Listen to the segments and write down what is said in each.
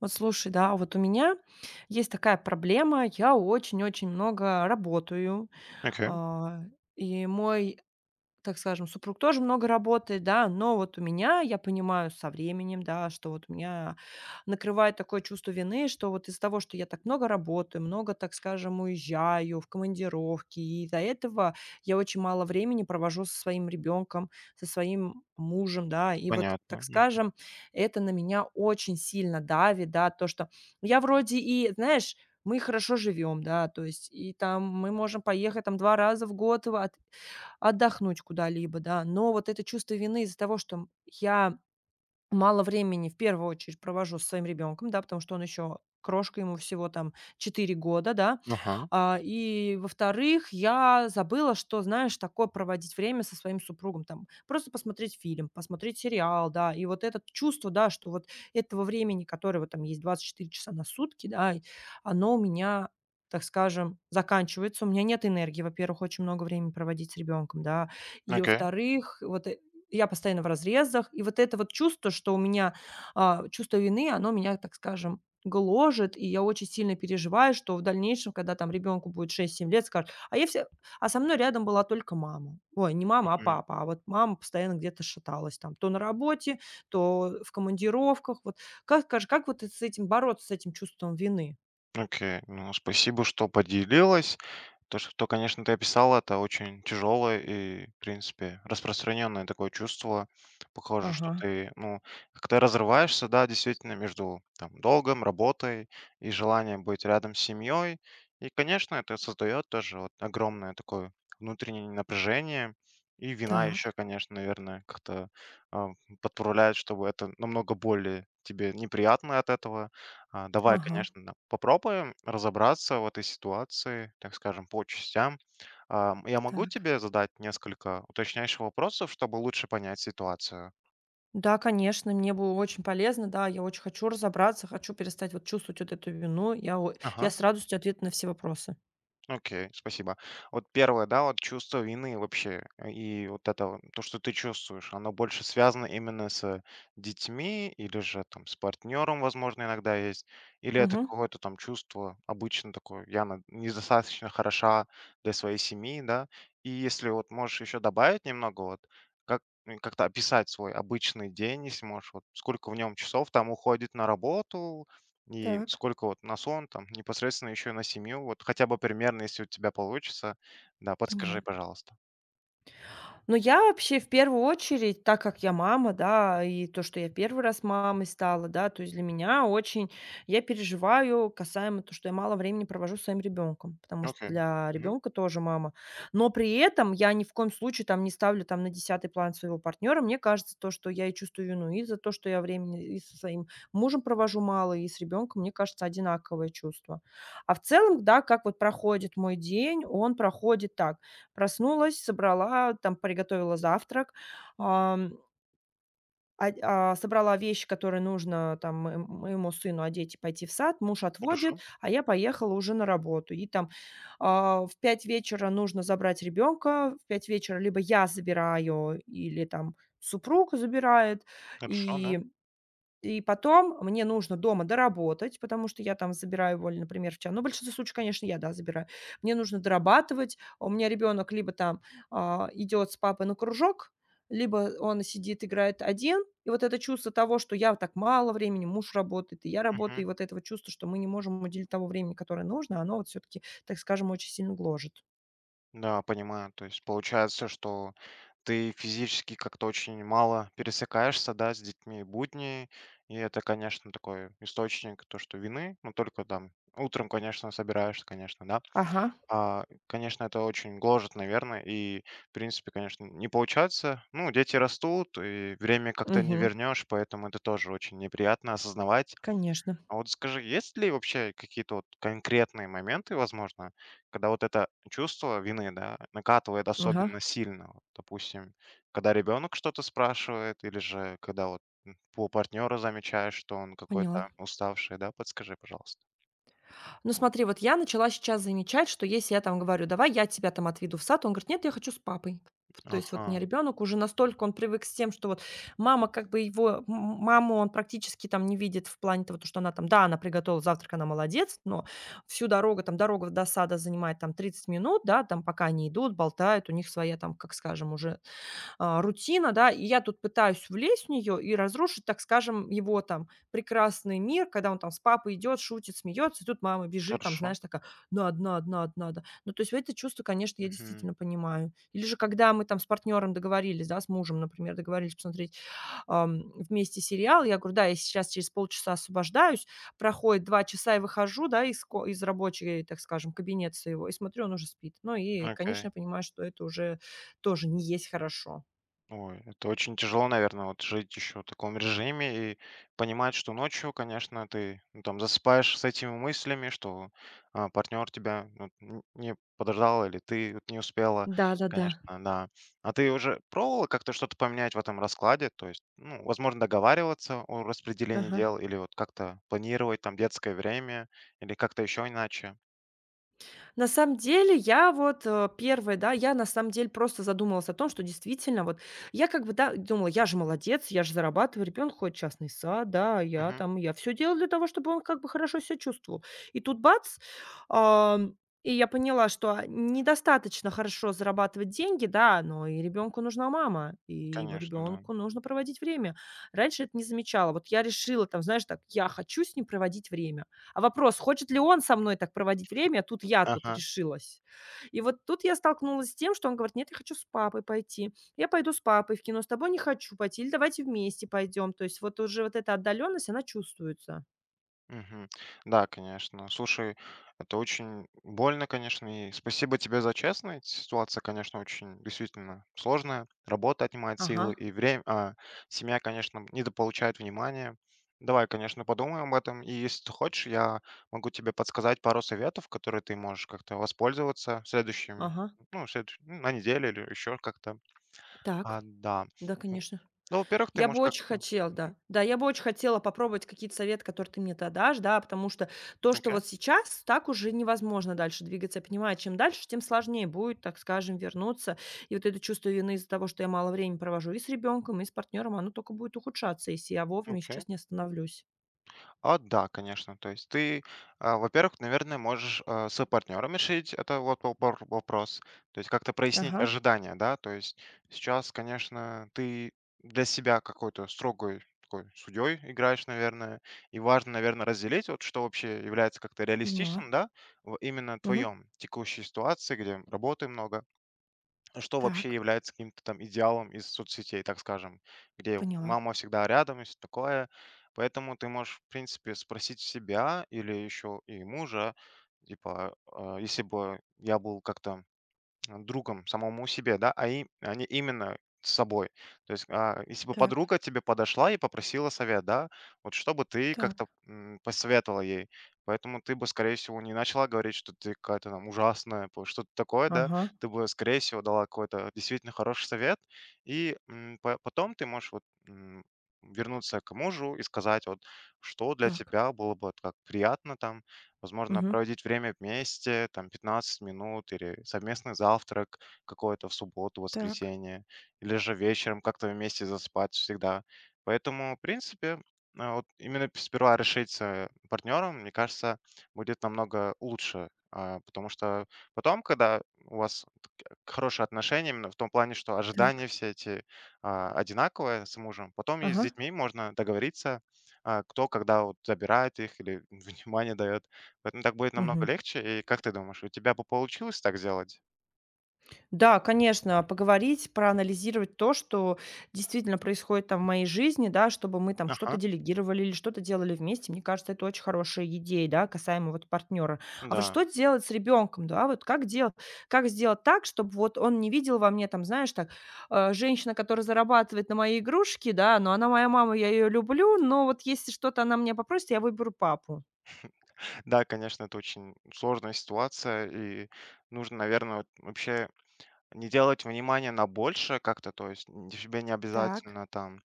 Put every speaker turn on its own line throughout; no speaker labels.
Вот слушай, да, вот у меня есть такая проблема. Я очень-очень много работаю,
Окей,
а, и мой, так скажем, супруг тоже много работает, да, но вот у меня, я понимаю со временем, да, что вот у меня накрывает такое чувство вины, что вот из-за того, что я так много работаю, много, так скажем, уезжаю в командировки, и из-за этого я очень мало времени провожу со своим ребенком, со своим мужем, да, и вот, так
понятно. М,
скажем, это на меня очень сильно давит, да, то, что я вроде и, знаешь, мы хорошо живем, да, то есть, и там мы можем поехать там 2 раза в год в отдохнуть куда-либо, да. Но вот это чувство вины из-за того, что я мало времени в первую очередь провожу со своим ребенком, да, потому что он еще крошка, ему всего там 4 года, да.
ага,
А, и, во-вторых, я забыла, что, знаешь, такое проводить время со своим супругом, там, просто посмотреть фильм, посмотреть сериал, да, и вот это чувство, да, что вот этого времени, которое вот там есть 24 часа на сутки, да, и оно у меня, так скажем, заканчивается. У меня нет энергии, во-первых, очень много времени проводить с ребенком, да, и,
окей,
во-вторых, я постоянно в разрезах. И вот это вот чувство, что у меня, чувство вины, оно меня, так скажем, гложет. И я очень сильно переживаю, что в дальнейшем, когда там ребенку будет 6-7 лет, скажет: "А я все, а со мной рядом была только мама". Ой, не мама, а папа. А вот мама постоянно где-то шаталась там то на работе, то в командировках. Вот как скажи, как вот с этим бороться, с этим чувством вины?
Окей, ну, Спасибо, что поделилась. То, что, конечно, ты описала, это очень тяжелое и, в принципе, распространенное такое чувство. Похоже, что
Ага,
ты, как-то разрываешься, да, действительно, между там, долгом, работой и желанием быть рядом с семьей. И, конечно, это создает тоже вот огромное такое внутреннее напряжение. И вина еще,
так.
конечно, наверное, как-то а, подправляет, чтобы это намного более тебе неприятно от этого. Давай,
Ага,
конечно, да, попробуем разобраться в этой ситуации, так скажем, по частям. Я могу
так.
тебе задать несколько уточняющих вопросов, чтобы лучше понять ситуацию?
Да, конечно, мне было очень полезно, да, я очень хочу разобраться, хочу перестать вот чувствовать вот эту вину. Я
Ага.
с радостью ответ на все вопросы.
Окей, спасибо. Вот первое, да, вот чувство вины вообще, и вот это, вот, то, что ты чувствуешь, оно больше связано именно с детьми или же там с партнером, возможно, иногда есть, или это
Мгм.
какое-то там чувство обычно такое, недостаточно хороша для своей семьи, да, и если вот можешь еще добавить немного, вот, как, как-то описать свой обычный день, если можешь, вот сколько в нем часов там уходит на работу, и
Так,
сколько вот на сон, там, непосредственно еще и на семью, вот хотя бы примерно, если у тебя получится, да, подскажи,
поняла.
пожалуйста.
Но я вообще в первую очередь, так как я мама, да, и то, что я первый раз мамой стала, да, то есть для меня очень, я переживаю касаемо то, что я мало времени провожу со своим ребенком, потому что
Окей.
для
Мгм.
ребенка тоже мама. Но при этом я ни в коем случае там не ставлю там на десятый план своего партнера. Мне кажется, то, что я и чувствую вину и за то, что я времени и со своим мужем провожу мало, и с ребенком, мне кажется, одинаковое чувство. А в целом, да, как вот проходит мой день, он проходит так. Проснулась, собрала, там приготовила завтрак, ам, собрала вещи, которые нужно там мо моему сыну одеть и пойти в сад. Муж
Хорошо,
отводит, а я поехала уже на работу. И там, в 5 вечера нужно забрать ребенка. В 5 вечера либо я забираю, или там супруг забирает.
хорошо, да.
И и потом мне нужно дома доработать, потому что я там забираю вольно, например, в час. Ну, в большинстве случаев, конечно, я, да, забираю. Мне нужно дорабатывать. У меня ребенок либо там, идет с папой на кружок, либо он сидит, играет один. И вот это чувство того, что я так мало времени, муж работает, и я работаю,
Мгм.
и вот этого чувства, что мы не можем уделить того времени, которое нужно, оно вот все-таки, так скажем, очень сильно гложет.
Да, понимаю. То есть получается, что ты физически как-то очень мало пересекаешься, да, с детьми будни, и это, конечно, такой источник то, что вины, но только там утром, конечно, собираешься, конечно, да.
Ага.
Конечно, это очень гложет, наверное, и, в принципе, конечно, не получается. Ну, дети растут, и время как-то не
Мгм.
вернешь, поэтому это тоже очень неприятно осознавать.
Конечно.
А вот скажи, есть ли вообще какие-то вот конкретные моменты, возможно, когда вот это чувство вины, да, накатывает
Ага.
особенно сильно? Вот, допустим, когда ребенок что-то спрашивает, или же когда вот по партнеру замечаешь, что он
Поняла.
какой-то уставший, да? Подскажи, пожалуйста.
Ну смотри, вот я начала сейчас замечать, что если я там говорю: "Давай я тебя там отведу в сад", он говорит: "Нет, я хочу с папой". То есть вот у меня
Ага,
ребенок уже настолько он привык с тем, что вот мама как бы, его маму он практически там не видит в плане того, то что она там, да, она приготовила завтрак, она молодец, но всю дорогу, там дорога до сада занимает там 30 минут, да, там пока они идут, болтают, у них своя там, как скажем, уже, рутина, да, и я тут пытаюсь влезть в нее и разрушить, так скажем, его там прекрасный мир, когда он там с папой идет, шутит, смеется, и тут мама бежит, там,
хорошо.
знаешь, такая, надо, надо, надо, надо. Ну, то есть это чувство, конечно, я
Мгм.
действительно понимаю. Или же когда мы там с партнером договорились, да, с мужем, например, договорились посмотреть, вместе сериал, я говорю, да, я сейчас через полчаса освобождаюсь, проходит 2 часа, я выхожу, да, из рабочей, так скажем, кабинета своего, и смотрю, он уже спит. Ну, и,
Окей.
конечно, я понимаю, что это уже тоже не есть хорошо.
Ой, это очень тяжело, наверное, вот жить еще в таком режиме и понимать, что ночью, конечно, ты там засыпаешь с этими мыслями, что партнер тебя не подождал или ты вот не успела,
Да-да-да.
конечно, да. А ты уже пробовала как-то что-то поменять в этом раскладе? То есть, ну, возможно, договариваться о распределении
Ага.
дел или вот как-то планировать там детское время или как-то еще иначе?
На самом деле я вот, 1, да, я на самом деле просто задумалась о том, что действительно вот я как бы, да, думала: "Я же молодец, я же зарабатываю, ребенок ходит в частный сад, да, я
Мгм.
там, я все делала для того, чтобы он как бы хорошо себя чувствовал". И тут бац, ам, и я поняла, что, недостаточно хорошо зарабатывать деньги, да, но и ребенку нужна мама, и
Конечно,
ребенку
да.
нужно проводить время. Раньше это не замечала. Вот я решила там, знаешь, так: я хочу с ним проводить время. А вопрос, хочет ли он со мной так проводить время? Тут я тут
Ага.
решилась. И вот тут я столкнулась с тем, что он говорит: "Нет, я хочу с папой пойти". Я пойду с папой в кино, с тобой не хочу пойти. Или давайте вместе пойдем. То есть вот уже вот эта отдаленность, она чувствуется.
Мгм. Да, конечно. Слушай, это очень больно, конечно, и спасибо тебе за честность. Ситуация, конечно, очень действительно сложная. Работа отнимает
Ага,
силы и время, а семья, конечно, недополучает внимания. Давай, конечно, подумаем об этом. И если ты хочешь, я могу тебе подсказать пару советов, которые ты можешь как-то воспользоваться в следующем,
ага.
ну, ну, на неделе или еще как-то.
Так,
Да.
да,
Ну,
конечно.
ну, во-первых, ты
Я бы
можешь
очень
как-то...
хотела,
Мгм.
да. Да, я бы очень хотела попробовать какие-то советы, которые ты мне дашь, да, потому что то, что
Окей,
вот сейчас, так уже невозможно дальше двигаться. Я понимаю, чем дальше, тем сложнее будет, так скажем, вернуться. И вот это чувство вины из-за того, что я мало времени провожу и с ребенком, и с партнером, оно только будет ухудшаться, если я вовремя
окей.
сейчас не остановлюсь.
А, да, конечно. То есть ты, во-первых, наверное, можешь с партнером решить это вот вопрос, то есть как-то прояснить
Ага,
ожидания, да, то есть сейчас, конечно, ты для себя какой-то строгой такой судьей играешь, наверное, и важно, наверное, разделить, вот что вообще является как-то
поняла.
реалистичным, да, в именно
Мгм.
твоем текущей ситуации, где работы много, что вообще
Так,
является каким-то там идеалом из соцсетей, так скажем, где
поняла.
мама всегда рядом и все такое. Поэтому ты можешь, в принципе, спросить себя или еще и мужа, типа, если бы я был как-то другом, самому себе, да, а им не именно с собой. То есть, если бы
Так,
подруга тебе подошла и попросила совет, да, вот что бы ты
так.
как-то, посоветовала ей? Поэтому ты бы, скорее всего, не начала говорить, что ты какая-то там ужасная, по что-то такое, да.
Ага,
Ты бы, скорее всего, дала какой-то действительно хороший совет, и, м, по потом ты можешь вот, вернуться к мужу и сказать вот, что для
так.
тебя было бы вот как приятно там. Возможно,
Мгм.
проводить время вместе, там 15 минут или совместный завтрак какой-то в субботу,
Так,
воскресенье, или же вечером как-то вместе заспать всегда. Поэтому, в принципе, вот именно сперва решить с партнером, мне кажется, будет намного лучше. Потому что потом, когда у вас хорошие отношения именно в том плане, что ожидания
так.
все эти, одинаковые с мужем. Потом и с
Ага.
детьми можно договориться, кто когда вот забирает их или внимание дает. Поэтому так будет намного
Мгм.
легче. И как ты думаешь, у тебя бы получилось так сделать?
Да, конечно, поговорить, проанализировать то, что действительно происходит там в моей жизни, да, чтобы мы там что-то
Ага,
делегировали или что-то делали вместе. Мне кажется, это очень хорошая идея, да, касаемо вот партнера. А вот
да.
что делать с ребенком, да, вот как делать, как сделать так, чтобы вот он не видел во мне там, знаешь, так, женщина, которая зарабатывает на мои игрушки, да, но она моя мама, я ее люблю, но вот если что-то она меня попросит, я выберу папу.
Да, конечно, это очень сложная ситуация, и нужно, наверное, вот вообще не делать внимания на больше как-то, то есть н тебе не
Так,
обязательно там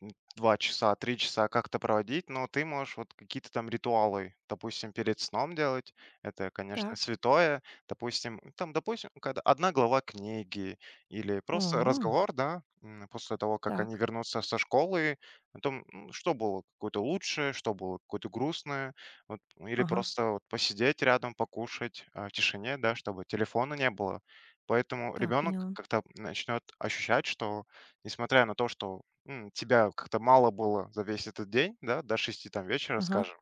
м, 2 часа, 3 часа как-то проводить, но ты можешь вот какие-то там ритуалы, допустим, перед сном делать. Это, конечно,
так,
святое. Допустим, там, допустим, когда одна глава книги или
о,
просто разговор, да, после того, как они
так,
вернутся со школы, о том, что было какое-то лучшее, что было какое-то грустное, вот, или
ага,
просто вот посидеть рядом, покушать в тишине, да, чтобы телефона не было. Поэтому
так,
ребенок
поняла,
как-то начнет ощущать, что несмотря на то, что тебя как-то мало было за весь этот день, да, до 6 там вечера,
ага,
скажем.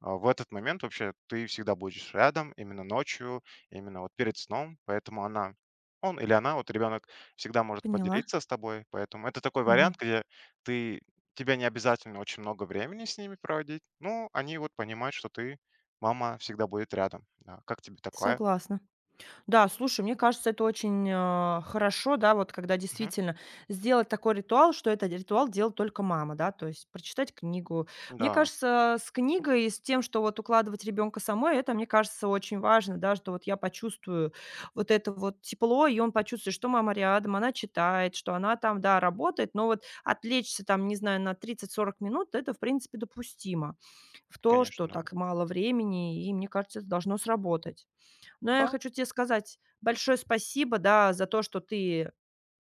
В этот момент вообще ты всегда будешь рядом, именно ночью, именно вот перед сном, поэтому она, он или она, вот ребенок всегда может
поняла.
поделиться с тобой, поэтому это такой
Мгм.
вариант, где ты, тебе не обязательно очень много времени с ними проводить. Ну, они вот понимают, что ты, мама всегда будет рядом. Да. Как тебе такое?
Согласна. Да, слушай, мне кажется, это очень, хорошо, да, вот когда
Мгм.
действительно сделать такой ритуал, что этот ритуал делает только мама, да, то есть прочитать книгу. Мне
Да,
кажется, с книгой и с тем, что вот укладывать ребенка самой, это, мне кажется, очень важно, да, что вот я почувствую вот это вот тепло, и он почувствует, что мама рядом, она читает, что она там, да, работает, но вот отвлечься там, не знаю, на 30-40 минут, это, в принципе, допустимо в то, что
конечно, да.
так мало времени, и мне кажется, это должно сработать. Но я
Да.
хочу тебе сказать большое спасибо, да, за то, что ты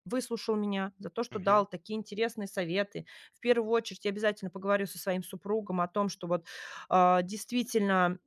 выслушал меня, за то, что
Мгм.
дал такие интересные советы. В первую очередь я обязательно поговорю со своим супругом о том, что вот, действительно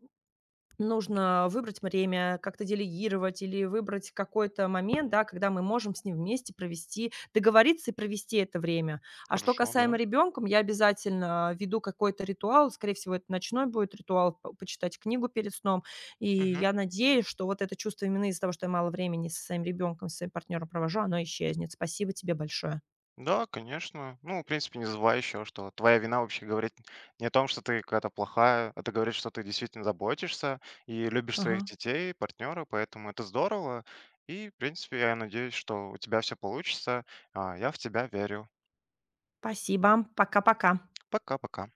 нужно выбрать время, как-то делегировать или выбрать какой-то момент, да, когда мы можем с ним вместе провести, договориться и провести это время. А что
Хорошо,
касаемо
да.
ребенка, я обязательно веду какой-то ритуал, скорее всего, это ночной будет ритуал, почитать книгу перед сном. И
Мгм.
я надеюсь, что вот это чувство вины из-за того, что я мало времени со своим ребенком, со своим партнером провожу, оно исчезнет. Спасибо тебе большое.
Да, конечно. Ну, в принципе, не забывай еще, что твоя вина вообще говорит не о том, что ты какая-то плохая, это говорит, что ты действительно заботишься и любишь своих
Ага.
детей, партнера, поэтому это здорово. И, в принципе, я надеюсь, что у тебя все получится. Я в тебя верю.
Спасибо. Пока-пока.
Пока-пока.